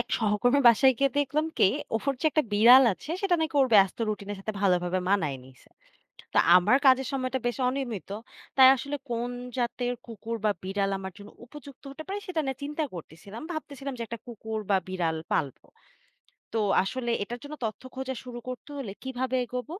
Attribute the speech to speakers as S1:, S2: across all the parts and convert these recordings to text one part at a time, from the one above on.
S1: এক সহকর্মীর বাসায় গিয়ে দেখলাম কি ওর যে একটা বিড়াল আছে সেটা নাকি ওর ব্যস্ত রুটিনের সাথে ভালোভাবে মানায় নিছে। তো আমার কাজের সময়টা বেশ অনিয়মিত, তাই আসলে কোন জাতের কুকুর বা বিড়াল আমার জন্য উপযুক্ত হতে পারে সেটা নিয়ে চিন্তা করতেছিলাম, ভাবতেছিলাম যে একটা কুকুর বা বিড়াল পালবো। তো আসলে এটার জন্য তথ্য খোঁজা শুরু করতে হলে কিভাবে এগোবো?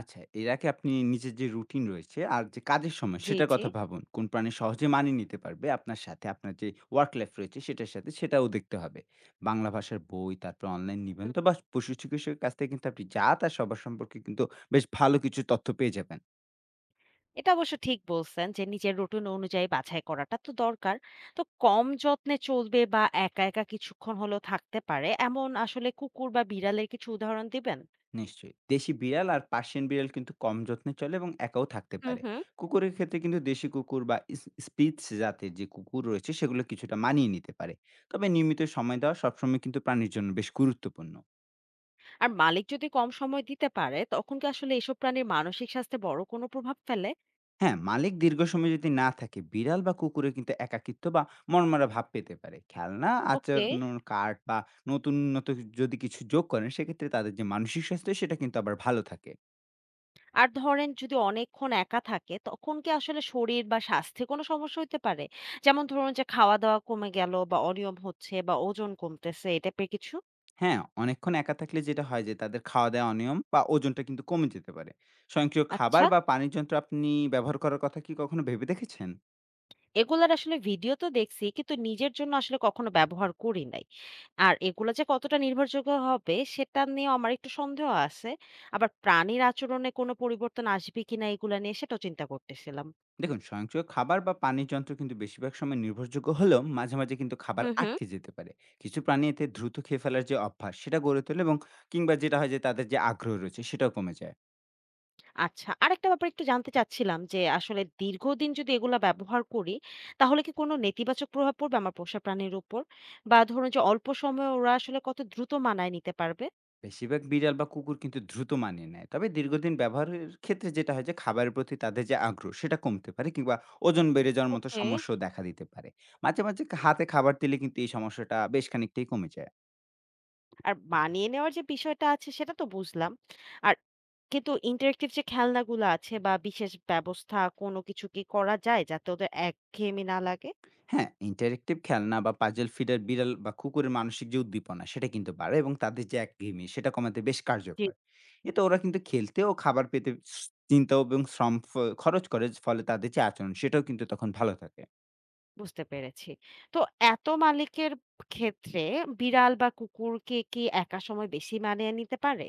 S2: আচ্ছা, এর আগে আপনি নিজের যে রুটিন রয়েছে আর যে কাজের সময়
S1: জি
S2: সেটার
S1: জি
S2: কথা ভাবুন। কোন প্রাণী সহজে মানিয়ে নিতে পারবে আপনার সাথে, আপনার যে ওয়ার্ক লাইফ রয়েছে সেটার সাথে সেটাও দেখতে হবে। বাংলা ভাষার বই, তারপর অনলাইন নিবন্ধ বা পশু চিকিৎসকের কাছ থেকে কিন্তু আপনি যা তা সবার সম্পর্কে কিন্তু বেশ ভালো কিছু তথ্য পেয়ে যাবেন।
S1: এটা অবশ্য ঠিক বলছেন যে নিজের রুটিন অনুযায়ী বাছাই করাটা তো দরকার। তো কম যত্নে চলবে বা একা কিছুক্ষণ হলেও থাকতে পারে এমন আসলে কুকুর বা বিড়ালের কিছু উদাহরণ দিবেন?
S2: নিশ্চয়ই। দেশি বিড়াল আর পার্সিয়ান বিড়াল কিন্তু কম যত্নে চলে এবং একাও থাকতে
S1: হুম,
S2: পারে।
S1: হুম।
S2: কুকুরের ক্ষেত্রে কিন্তু দেশি কুকুর বা স্পিটস জাতের যে কুকুর রয়েছে সেগুলো কিছুটা মানিয়ে নিতে পারে। তবে নিয়মিত সময় দেওয়া সবসময় কিন্তু প্রাণীর জন্য বেশ গুরুত্বপূর্ণ।
S1: আর মালিক যদি কম সময় দিতে পারে তখন কি আসলে এসব প্রাণীর মানসিক স্বাস্থ্যে বড় কোনো প্রভাব ফেলে?
S2: হ্যাঁ, মালিক দীর্ঘ সময় যদি না থাকে, বিড়াল বা কুকুরের কিন্তু একাকিত্ব বা মনমরা ভাব পেতে পারে। খেলনা,
S1: ওকে।
S2: আচরণের কার্ড বা নতুন নত যদি কিছু যোগ করেন, সেক্ষেত্রে তাদের যে মানসিক স্বাস্থ্য, সেটা কিন্তু আবার ভালো থাকে।
S1: আর ধরেন যদি অনেকক্ষণ একা থাকে তখন কি আসলে শরীর বা স্বাস্থ্যে কোনো সমস্যা হতে পারে? যেমন ধরুন যে খাওয়া দাওয়া কমে গেল বা অনিয়ম হচ্ছে বা ওজন কমতেছে এই টাইপের কিছু?
S2: হ্যাঁ, অনেকক্ষণ একা থাকলে যেটা হয় যে তাদের খাওয়া-দাওয়া অনিয়ম বা ওজনটা কিন্তু কমে যেতে পারে। স্বয়ংক্রিয়
S1: আচ্ছা।
S2: খাবার বা পানির যন্ত্র আপনি ব্যবহার করার কথা কি কখনো ভেবে দেখেছেন?
S1: এগুলার আসলে ভিডিও তো দেখছি কিন্তু নিজের জন্য আসলে কখনো ব্যবহার করি নাই। আর এগুলা যে কতটা নির্ভরযোগ্য হবে সেটা নিয়েও আমার একটু সন্দেহ আছে। আবার প্রাণীর আচরণে কোনো পরিবর্তন আসবে কিনা এগুলা নিয়ে সেটাও চিন্তা করতেছিলাম।
S2: দেখুন স্বয়ংক্রিয় খাবার বা পানির যন্ত্র কিন্তু বেশিরভাগ সময় নির্ভরযোগ্য হলেও মাঝে মাঝে কিন্তু খাবার
S1: হুম, হুম।
S2: আটকে যেতে পারে। কিছু প্রাণী এতে দ্রুত খেয়ে ফেলার যে অভ্যাস সেটা গড়ে তোলে এবং কিংবা যেটা হয় যে তাদের যে আগ্রহ রয়েছে সেটাও কমে যায়।
S1: আচ্ছা, আরেকটা ব্যাপার একটু জানতে চাচ্ছিলাম যে আসলে দীর্ঘদিন যদি এগুলা ব্যবহার করি তাহলে কি কোনো নেতিবাচক প্রভাব পড়বে আমার পোষা প্রাণীর উপর? বা ধরুন যে অল্প সময়ে ওরা আসলে কত দ্রুত মানায় নিতে পারবে?
S2: বেশিরভাগ বিড়াল বা কুকুর কিন্তু দ্রুত মানিয়ে নেয়, তবে দীর্ঘদিন ব্যবহারের ক্ষেত্রে যেটা হয় যে খাবারের প্রতি তাদের যে আগ্রহ সেটা কমতে পারে কিংবা ওজন বেড়ে যাওয়ার মতো
S1: ওকে।
S2: সমস্যাও দেখা দিতে পারে। মাঝে মাঝে হাতে খাবার দিলে কিন্তু এই সমস্যাটা বেশ খানিকটাই কমে যায়।
S1: আর মানিয়ে নেওয়ার যে বিষয়টা আছে সেটা তো বুঝলাম। আর কিন্তু ইন্টারেক্টিভ যে খেলনাগুলো আছে বা বিশেষ ব্যবস্থা কোনো কিছু কি করা যায় যাতে ওদের একঘেয়েমি না লাগে?
S2: হ্যাঁ, ইন্টারেক্টিভ খেলনা বা পাজল ফিডার বিড়াল বা কুকুরের মানসিক যে উদ্দীপনা সেটা কিন্তু বাড়ে এবং তাদের যে একঘেয়েমি সেটা কমাতে বেশ
S1: জি।
S2: কার্যকর। এতে ওরা কিন্তু খেলতে ও খাবার পেতে স চিন্তা এবং শ্রম খরচ করে, ফলে তাদের যে আচরণ সেটাও কিন্তু তখন ভালো থাকে।
S1: বুঝতে পেরেছি। তো এত মালিকের ক্ষেত্রে বিড়াল বা কুকুরকে কি একা সময় বেশি মানিয়ে নিতে পারে?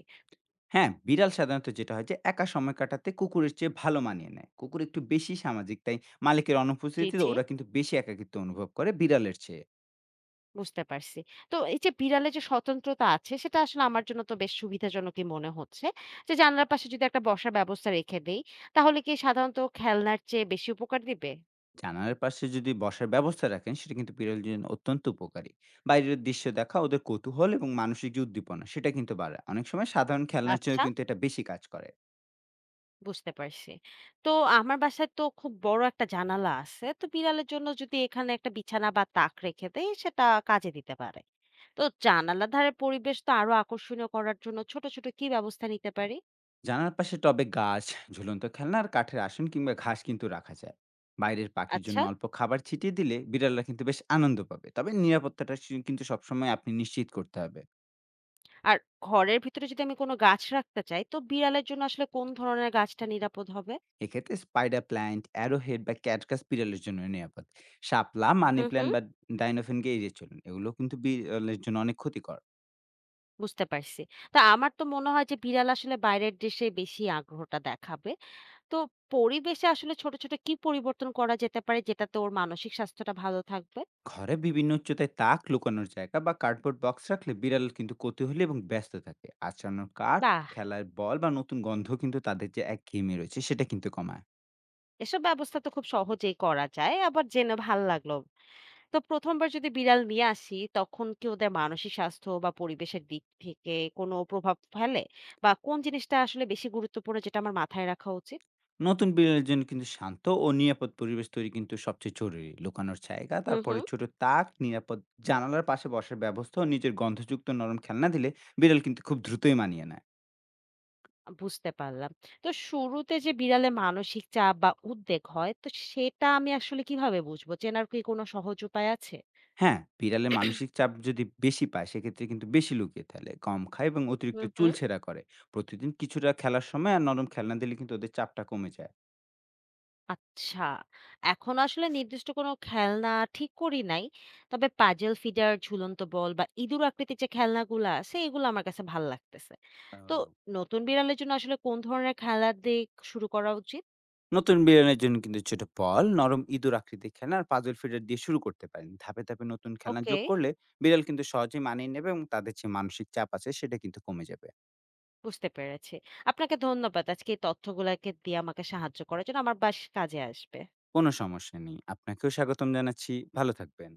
S2: হ্যাঁ, বিড়াল সাধারণত যেটা হয় যে একা সময় কাটাতে কুকুরের চেয়ে ভালো মানিয়ে নেয়। কুকুর একটু বেশি সামাজিক, তাই মালিকের
S1: জি,
S2: অনুপস্থিতিতে
S1: জি।
S2: ওরা কিন্তু বেশি একাকিত্ব অনুভব করে বিড়ালের চেয়ে।
S1: বুঝতে পারছি। তো এই যে বিড়ালের যে স্বতন্ত্রতা আছে সেটা আসলে আমার জন্য তো বেশ সুবিধাজনকই মনে হচ্ছে। যে জানলার পাশে যদি একটা বসার ব্যবস্থা রেখে দেই তাহলে কি সাধারণত খেলনার চেয়ে বেশি উপকার দিবে?
S2: জানালার পাশে যদি বসার ব্যবস্থা রাখেন সেটা কিন্তু বিড়ালের জন্য অত্যন্ত উপকারী। বাইরের দৃশ্য দেখা ওদের কৌতূহল এবং মানসিক যে উদ্দীপনা সেটা কিন্তু বাড়ায়, অনেক সময় সাধারণ খেলনার
S1: আচ্ছা,
S2: চেয়েও কিন্তু এটা বেশি কাজ করে।
S1: বুঝতে পারছি। তো আমার বাসায় তো খুব বড় একটা জানালা আছে। তো বিড়ালের জন্য যদি এখানে একটা বিছানা বা তাক রেখে দেই সেটা কাজে দিতে পারে। তো জানালার ধারে পরিবেশ তো আরো আকর্ষণীয় করার জন্য ছোট কি ব্যবস্থা নিতে পারি?
S2: জানালার পাশে টবে গাছ, ঝুলন্ত খেলনা আর কাঠের আসন কিংবা ঘাস কিন্তু রাখা যায়। বাইরের পাখির
S1: আচ্ছা,
S2: জন্য অল্প খাবার ছিটিয়ে দিলে বিড়ালরা কিন্তু বেশ আনন্দ পাবে, তবে নিরাপত্তাটা কিন্তু সবসময় আপনি নিশ্চিত করতে হবে।
S1: আর ঘরের ভিতরে যদি আমি কোনো গাছ রাখতে চাই তো বিড়ালের জন্য আসলে কোন ধরনের গাছটা নিরাপদ হবে?
S2: এক্ষেত্রে স্পাইডার প্ল্যান্ট, অ্যারোহেড বা ক্যাটকাস বিড়ালের জন্য নিরাপদ। শাপলা, মানি
S1: হুম,
S2: প্ল্যান্ট
S1: হুম,
S2: বা ডাইনোফিনকে এড়িয়ে চলুন। এগুলো কিন্তু বিড়ালের জন্য অনেক ক্ষতিকর।
S1: বুঝতে পারছি। তা আমার তো মনে হয় যে বিড়াল আসলে বাইরের দেশে বেশি আগ্রহটা দেখাবে। তো পরিবেশে আসলে ছোট কি পরিবর্তন করা যেতে পারে যেটাতে ওর মানসিক স্বাস্থ্যটা ভালো থাকবে?
S2: ঘরে বিভিন্ন উচ্চতায় তাক, লুকানোর জায়গা বা কার্ডবোর্ড বক্স রাখলে বিড়াল কিন্তু কৌতূহলী এবং ব্যস্ত থাকে। আঁচড়ানোর কাঠ,
S1: বাহ!
S2: খেলার বল বা নতুন গন্ধ কিন্তু তাদের যে একঘেয়েমি রয়েছে সেটা কিন্তু কমায়।
S1: এসব ব্যবস্থা তো খুব সহজেই করা যায়। আবার জেনে ভাল লাগলো। তো ১ম বার যদি বিড়াল নিয়ে আসি তখন কি ওদের মানসিক স্বাস্থ্য বা পরিবেশের দিক থেকে কোনো প্রভাব ফেলে? বা কোন জিনিসটা আসলে বেশি গুরুত্বপূর্ণ যেটা আমার মাথায় রাখা উচিত?
S2: নতুন বিড়ালের জন্য কিন্তু শান্ত ও নিরাপদ পরিবেশ তৈরি কিন্তু সবচেয়ে জরুরি। লুকানোর জায়গা,
S1: হু।
S2: তারপরে ছোট তাক, নিরাপদ জানালার পাশে বসার ব্যবস্থা ও নিজের গন্ধযুক্ত নরম খেলনা দিলে বিড়াল কিন্তু খুব দ্রুতই মানিয়ে নেয়।
S1: বুঝতে পারলাম। তো শুরুতে যে বিড়ালের মানসিক চাপ বা উদ্বেগ হয় তো সেটা আমি আসলে কিভাবে বুঝবো? চেনার কি কোনো সহজ উপায় আছে?
S2: হ্যাঁ, বিড়ালের মানসিক চাপ যদি বেশি পায়, সেক্ষেত্রে কিন্তু বেশি লুকিয়ে ফেলে, কম খায় এবং
S1: হু,
S2: অতিরিক্ত
S1: হু।
S2: চুল ছেঁড়া করে। প্রতিদিন কিছুটা খেলার সময় আর নরম খেলনা দিলে কিন্তু ওদের চাপটা কমে যায়।
S1: আচ্ছা। এখন আসলে নির্দিষ্ট কোনো খেলনা ঠিক করি নাই। তবে পাজল ফিডার, ঝুলন্ত বল বা ইঁদুর আকৃতির যে খেলনাগুলা আছে, এগুলো আমার কাছে ভাল লাগতেছে। তো
S2: ও,
S1: নতুন বিড়ালের জন্য আসলে কোন ধরনের খেলনা দিয়ে শুরু করা উচিত?
S2: নতুন বিড়ালের জন্য কিন্তু ছোট বল, নরম ইঁদুর আকৃতির খেলনা আর পাজল ফিডার দিয়ে শুরু করতে পারেন। ধাপে ধাপে নতুন খেলনা
S1: ওকে,
S2: যোগ করলে বিড়াল কিন্তু সহজে মানিয়ে নেবে এবং তাদের যে মানসিক চাপ আছে সেটা কিন্তু কমে যাবে।
S1: বুঝতে পেরেছি। আপনাকে ধন্যবাদ। আজকে এই তথ্যগুলাকে দিয়ে আমাকে সাহায্য করার জন্য আমার বেশ কাজে আসবে।
S2: কোনো সমস্যা নেই। আপনাকেও স্বাগতম জানাচ্ছি। ভালো থাকবেন।